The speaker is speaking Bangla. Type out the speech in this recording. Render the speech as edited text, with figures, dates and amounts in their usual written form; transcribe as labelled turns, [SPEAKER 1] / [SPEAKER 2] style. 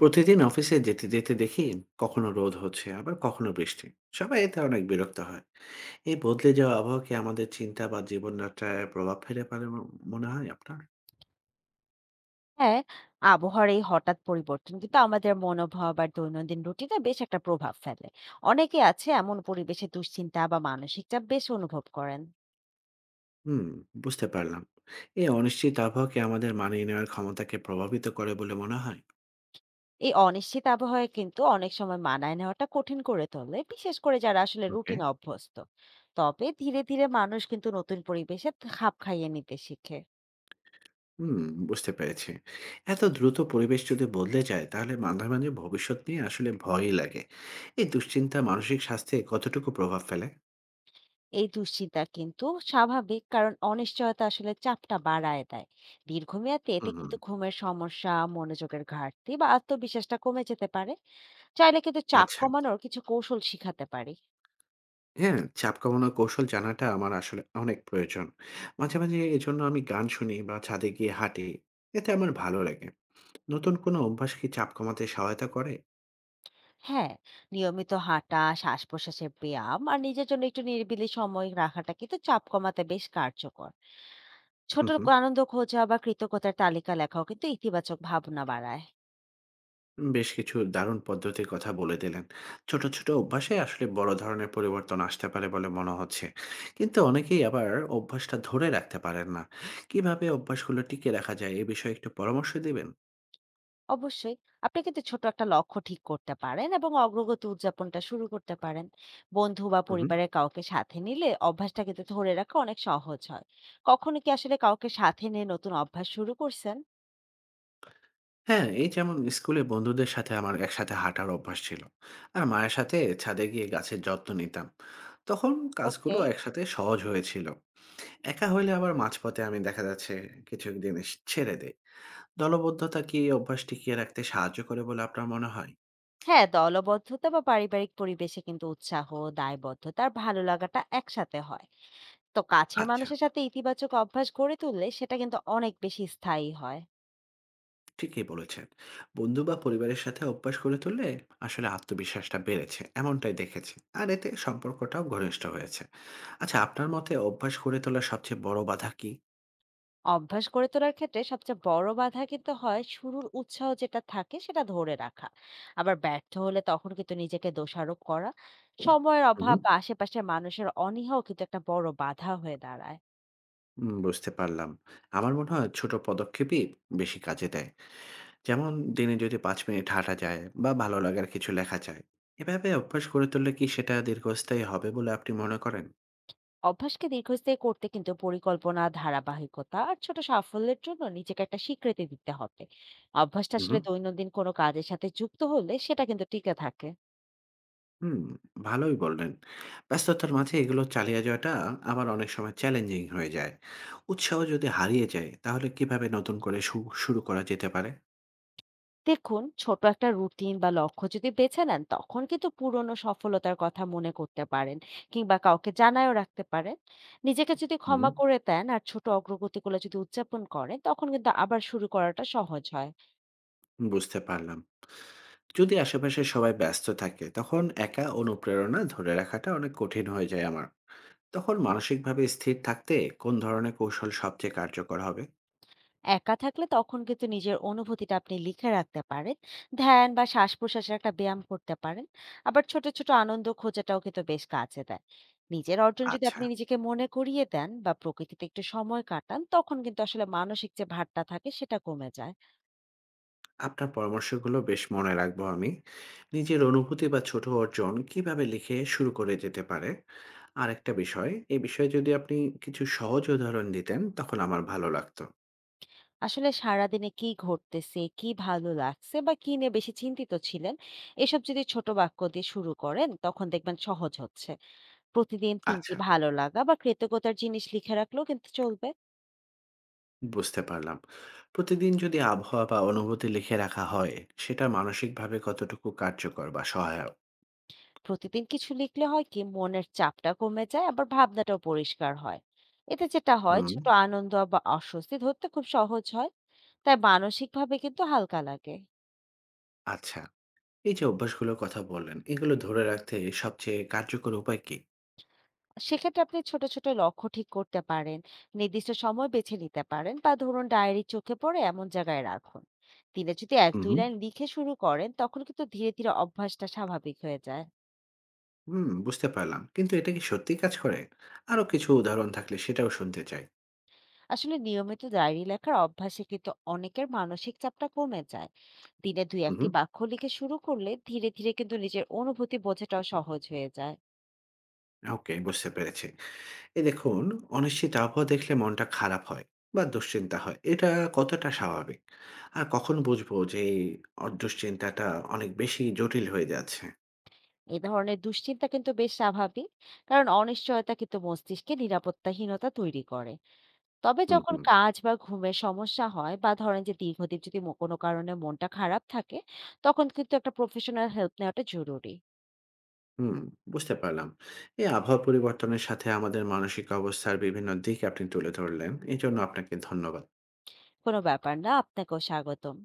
[SPEAKER 1] প্রতিদিন অফিসে যেতে যেতে দেখি কখনো রোদ হচ্ছে আবার কখনো বৃষ্টি। সবাই এতে অনেক বিরক্ত হয়। এই বদলে যাওয়া আবহাওয়া কি আমাদের চিন্তা বা জীবনযাত্রায় প্রভাব ফেলে পারে মনে হয় আপনার?
[SPEAKER 2] হ্যাঁ, আবহাওয়ার এই হঠাৎ পরিবর্তন কিন্তু আমাদের মনোভাব আর দৈনন্দিন রুটিনে বেশ একটা প্রভাব ফেলে। অনেকে আছে এমন পরিবেশে দুশ্চিন্তা বা মানসিক চাপ বেশ অনুভব করেন।
[SPEAKER 1] হুম, বুঝতে পারলাম। এই অনিশ্চিত আবহাওয়া কি আমাদের মানিয়ে নেওয়ার ক্ষমতাকে প্রভাবিত করে বলে মনে হয়?
[SPEAKER 2] এই অনিশ্চিত আবহাওয়া কিন্তু অনেক সময় মানায় নেওয়াটা কঠিন করে তোলে, বিশেষ করে যারা আসলে
[SPEAKER 1] ওকে।
[SPEAKER 2] রুটিন অভ্যস্ত। তবে ধীরে ধীরে মানুষ কিন্তু নতুন পরিবেশে খাপ খাইয়ে নিতে শিখে।
[SPEAKER 1] হুম, বুঝতে পেরেছি। এত দ্রুত পরিবেশ যদি বদলে যায় তাহলে মাঝে মাঝে ভবিষ্যৎ নিয়ে আসলে ভয়ই লাগে। এই দুশ্চিন্তা মানসিক স্বাস্থ্যে কতটুকু প্রভাব ফেলে?
[SPEAKER 2] এই দুশ্চিন্তা কিন্তু স্বাভাবিক, কারণ অনিশ্চয়তা আসলে চাপটা বাড়ায় দেয়। দীর্ঘমেয়াদে এতে
[SPEAKER 1] হুম।
[SPEAKER 2] কিন্তু ঘুমের সমস্যা, মনোযোগের ঘাটতি বা আত্মবিশ্বাসটা কমে যেতে পারে। চাইলে কিন্তু চাপ
[SPEAKER 1] আচ্ছা,
[SPEAKER 2] কমানোর কিছু কৌশল শিখাতে পারি।
[SPEAKER 1] হ্যাঁ, চাপ কমানোর কৌশল জানাটা আমার আসলে অনেক প্রয়োজন। মাঝে, মাঝে এজন্য আমি গান শুনি বা ছাদে গিয়ে হাঁটি। এতে আমার ভালো লাগে। নতুন কোনো অভ্যাস কি চাপ কমাতে সহায়তা করে?
[SPEAKER 2] হ্যাঁ, নিয়মিত হাঁটা, শ্বাস প্রশ্বাসের ব্যায়াম আর নিজের জন্য একটু নিরিবিলি সময় রাখাটা কিন্তু চাপ কমাতে বেশ কার্যকর। ছোট
[SPEAKER 1] হুম, হুম।
[SPEAKER 2] আনন্দ খোঁজা বা কৃতজ্ঞতার তালিকা লেখাও কিন্তু ইতিবাচক ভাবনা বাড়ায়।
[SPEAKER 1] বেশ কিছু দারুণ পদ্ধতির কথা বলে দিলেন। ছোট, ছোট অভ্যাসে আসলে বড় ধরনের পরিবর্তন আসতে পারে বলে মনে হচ্ছে। কিন্তু অনেকেই আবার অভ্যাসটা ধরে রাখতে পারেন না। কিভাবে অভ্যাসগুলো টিকিয়ে রাখা যায় এ বিষয়ে একটু পরামর্শ দিবেন?
[SPEAKER 2] অবশ্যই। আপনি কিন্তু ছোট একটা লক্ষ্য ঠিক করতে পারেন এবং অগ্রগতি উদযাপনটা শুরু করতে পারেন। বন্ধু বা
[SPEAKER 1] হুম, হুম।
[SPEAKER 2] পরিবারের কাউকে সাথে নিলে অভ্যাসটা কিন্তু ধরে রাখা অনেক সহজ হয়। কখনো কি আসলে কাউকে সাথে নিয়ে নতুন অভ্যাস শুরু করছেন?
[SPEAKER 1] হ্যাঁ, এই যেমন স্কুলে বন্ধুদের সাথে আমার একসাথে হাঁটার অভ্যাস ছিল। আর মায়ের সাথে ছাদে গিয়ে গাছের যত্ন নিতাম। তখন
[SPEAKER 2] ওকে।
[SPEAKER 1] কাজগুলো একসাথে সহজ হয়েছিল। একা হইলে আবার মাঝপথে আমি দেখা যাচ্ছে কিছু জিনিস ছেড়ে দেই। দলবদ্ধতা কি এই অভ্যাস টিকিয়ে রাখতে সাহায্য করে বলে আপনার মনে হয়?
[SPEAKER 2] হ্যাঁ, দলবদ্ধতা বা পারিবারিক পরিবেশে কিন্তু উৎসাহ, দায়বদ্ধতা আর ভালো লাগাটা একসাথে হয়। তো কাছের
[SPEAKER 1] আচ্ছা,
[SPEAKER 2] মানুষের সাথে ইতিবাচক অভ্যাস গড়ে তুললে সেটা কিন্তু অনেক বেশি স্থায়ী হয়।
[SPEAKER 1] ঠিকই বলেছেন। বন্ধু বা পরিবারের সাথে অভ্যাস গড়ে তুললে আসলে আত্মবিশ্বাসটা বেড়েছে, এমনটাই দেখেছি। আর এতে সম্পর্কটাও ঘনিষ্ঠ হয়েছে। আচ্ছা, আপনার মতে অভ্যাস গড়ে তোলার সবচেয়ে বড় বাধা কি?
[SPEAKER 2] অভ্যাস গড়ে তোলার ক্ষেত্রে সবচেয়ে বড় বাধা কিন্তু হয় শুরুর উৎসাহ যেটা থাকে সেটা ধরে রাখা, আবার ব্যর্থ হলে তখন কিন্তু নিজেকে দোষারোপ করা। সময়ের
[SPEAKER 1] হুম।
[SPEAKER 2] অভাব বা আশেপাশের মানুষের অনীহাও কিন্তু একটা বড় বাধা হয়ে দাঁড়ায়।
[SPEAKER 1] বুঝতে পারলাম। আমার মনে হয় ছোট পদক্ষেপই বেশি কাজে দেয়। যেমন দিনে যদি ৫ মিনিট হাঁটা যায় বা ভালো লাগার কিছু লেখা যায়। এভাবে অভ্যাস গড়ে তুললে কি সেটা দীর্ঘস্থায়ী হবে বলে আপনি মনে করেন?
[SPEAKER 2] অভ্যাসকে দীর্ঘস্থায়ী করতে কিন্তু পরিকল্পনা, ধারাবাহিকতা আর ছোট সাফল্যের জন্য নিজেকে একটা স্বীকৃতি দিতে হবে। অভ্যাসটা
[SPEAKER 1] উহু,
[SPEAKER 2] আসলে দৈনন্দিন কোনো কাজের সাথে যুক্ত হলে সেটা কিন্তু টিকে থাকে।
[SPEAKER 1] হুম, ভালোই বললেন। ব্যস্ততার মাঝে এগুলো চালিয়ে যাওয়াটা আবার অনেক সময় চ্যালেঞ্জিং হয়ে যায়। উৎসাহ যদি হারিয়ে যায় তাহলে কিভাবে নতুন করে শুরু করা যেতে পারে?
[SPEAKER 2] দেখুন, ছোট একটা রুটিন বা লক্ষ্য যদি বেছে নেন তখন কিন্তু পুরনো সফলতার কথা মনে করতে পারেন, কিংবা কাউকে জানায়ও রাখতে পারেন। নিজেকে যদি
[SPEAKER 1] হুম,
[SPEAKER 2] ক্ষমা করে দেন আর ছোট অগ্রগতিগুলো যদি উদযাপন করেন তখন কিন্তু আবার শুরু করাটা সহজ হয়।
[SPEAKER 1] বুঝতে পারলাম। যদি আশেপাশে সবাই ব্যস্ত থাকে তখন একা অনুপ্রেরণা ধরে রাখাটা অনেক কঠিন হয়ে যায় আমার। তখন মানসিকভাবে স্থির থাকতে কোন ধরনের কৌশল সবচেয়ে কার্যকর হবে?
[SPEAKER 2] একা থাকলে তখন কিন্তু নিজের অনুভূতিটা আপনি লিখে রাখতে পারেন, ধ্যান বা শ্বাস প্রশ্বাসের একটা ব্যায়াম করতে পারেন। আবার ছোট ছোট আনন্দ খোঁজাটাও কিন্তু বেশ কাজে দেয়। নিজের অর্জন যদি
[SPEAKER 1] আচ্ছা,
[SPEAKER 2] আপনি নিজেকে মনে করিয়ে দেন বা প্রকৃতিতে একটু সময় কাটান তখন কিন্তু আসলে মানসিক যে ভারটা থাকে সেটা কমে যায়।
[SPEAKER 1] আপনার পরামর্শগুলো বেশ মনে রাখবো আমি। নিজের অনুভূতি বা ছোট অর্জন কিভাবে লিখে শুরু করে যেতে পারে, আর একটা বিষয় এই বিষয়ে যদি আপনি কিছু সহজ উদাহরণ দিতেন তখন আমার ভালো লাগতো।
[SPEAKER 2] আসলে সারাদিনে কি ঘটতেছে, কি ভালো লাগছে বা কি নিয়ে বেশি চিন্তিত ছিলেন, এসব যদি ছোট বাক্য দিয়ে শুরু করেন তখন দেখবেন সহজ হচ্ছে। প্রতিদিন তিনটি
[SPEAKER 1] আচ্ছা,
[SPEAKER 2] ভালো লাগা বা কৃতজ্ঞতার জিনিস লিখে রাখলেও কিন্তু চলবে।
[SPEAKER 1] বুঝতে পারলাম। প্রতিদিন যদি আবহাওয়া বা অনুভূতি লিখে রাখা হয়, সেটা মানসিকভাবে কতটুকু কার্যকর বা সহায়ক?
[SPEAKER 2] প্রতিদিন কিছু লিখলে হয় কি মনের চাপটা কমে যায়, আবার ভাবনাটাও পরিষ্কার হয়। এতে যেটা হয়,
[SPEAKER 1] হুম।
[SPEAKER 2] ছোট আনন্দ বা অস্বস্তি ধরতে খুব সহজ হয়। তাই মানসিকভাবে কিন্তু হালকা লাগে।
[SPEAKER 1] আচ্ছা, এই যে অভ্যাসগুলোর কথা বললেন এগুলো ধরে রাখতে সবচেয়ে কার্যকর উপায় কি?
[SPEAKER 2] সেক্ষেত্রে আপনি ছোট ছোট লক্ষ্য ঠিক করতে পারেন, নির্দিষ্ট সময় বেছে নিতে পারেন বা ধরুন ডায়েরি চোখে পড়ে এমন জায়গায় রাখুন। দিনে যদি এক
[SPEAKER 1] হুম,
[SPEAKER 2] দুই
[SPEAKER 1] হুম।
[SPEAKER 2] লাইন লিখে শুরু করেন তখন কিন্তু ধীরে ধীরে অভ্যাসটা স্বাভাবিক হয়ে যায়।
[SPEAKER 1] হুম, বুঝতে পারলাম। কিন্তু এটা কি সত্যিই কাজ করে? আরো কিছু উদাহরণ থাকলে সেটাও শুনতে চাই।
[SPEAKER 2] আসলে নিয়মিত ডায়েরি লেখার অভ্যাসে কিন্তু অনেকের মানসিক চাপটা কমে যায়। দিনে দুই
[SPEAKER 1] হুম,
[SPEAKER 2] একটি
[SPEAKER 1] হুম।
[SPEAKER 2] বাক্য লিখে শুরু করলে ধীরে ধীরে কিন্তু নিজের অনুভূতি বোঝাটাও সহজ হয়ে যায়।
[SPEAKER 1] ওকে, বুঝতে পেরেছি। এই দেখুন, অনিশ্চিত আবহাওয়া দেখলে মনটা খারাপ হয় বা দুশ্চিন্তা হয়। এটা কতটা স্বাভাবিক? আর কখন বুঝবো যে এই দুশ্চিন্তাটা অনেক বেশি জটিল হয়ে যাচ্ছে?
[SPEAKER 2] এ ধরনের দুশ্চিন্তা কিন্তু বেশ স্বাভাবিক, কারণ অনিশ্চয়তা কিন্তু মস্তিষ্কে নিরাপত্তাহীনতা তৈরি করে। তবে
[SPEAKER 1] হুম,
[SPEAKER 2] যখন
[SPEAKER 1] হুম,
[SPEAKER 2] কাজ বা ঘুমের সমস্যা হয়, বা ধরেন যে দীর্ঘদিন যদি কোনো কারণে মনটা খারাপ থাকে, তখন কিন্তু একটা প্রফেশনাল হেল্প নেওয়াটা জরুরি।
[SPEAKER 1] হুম, বুঝতে পারলাম। এই আবহাওয়া পরিবর্তনের সাথে আমাদের মানসিক অবস্থার বিভিন্ন দিক আপনি তুলে ধরলেন। এজন্য আপনাকে ধন্যবাদ।
[SPEAKER 2] কোনো ব্যাপার না, আপনাকেও স্বাগতম।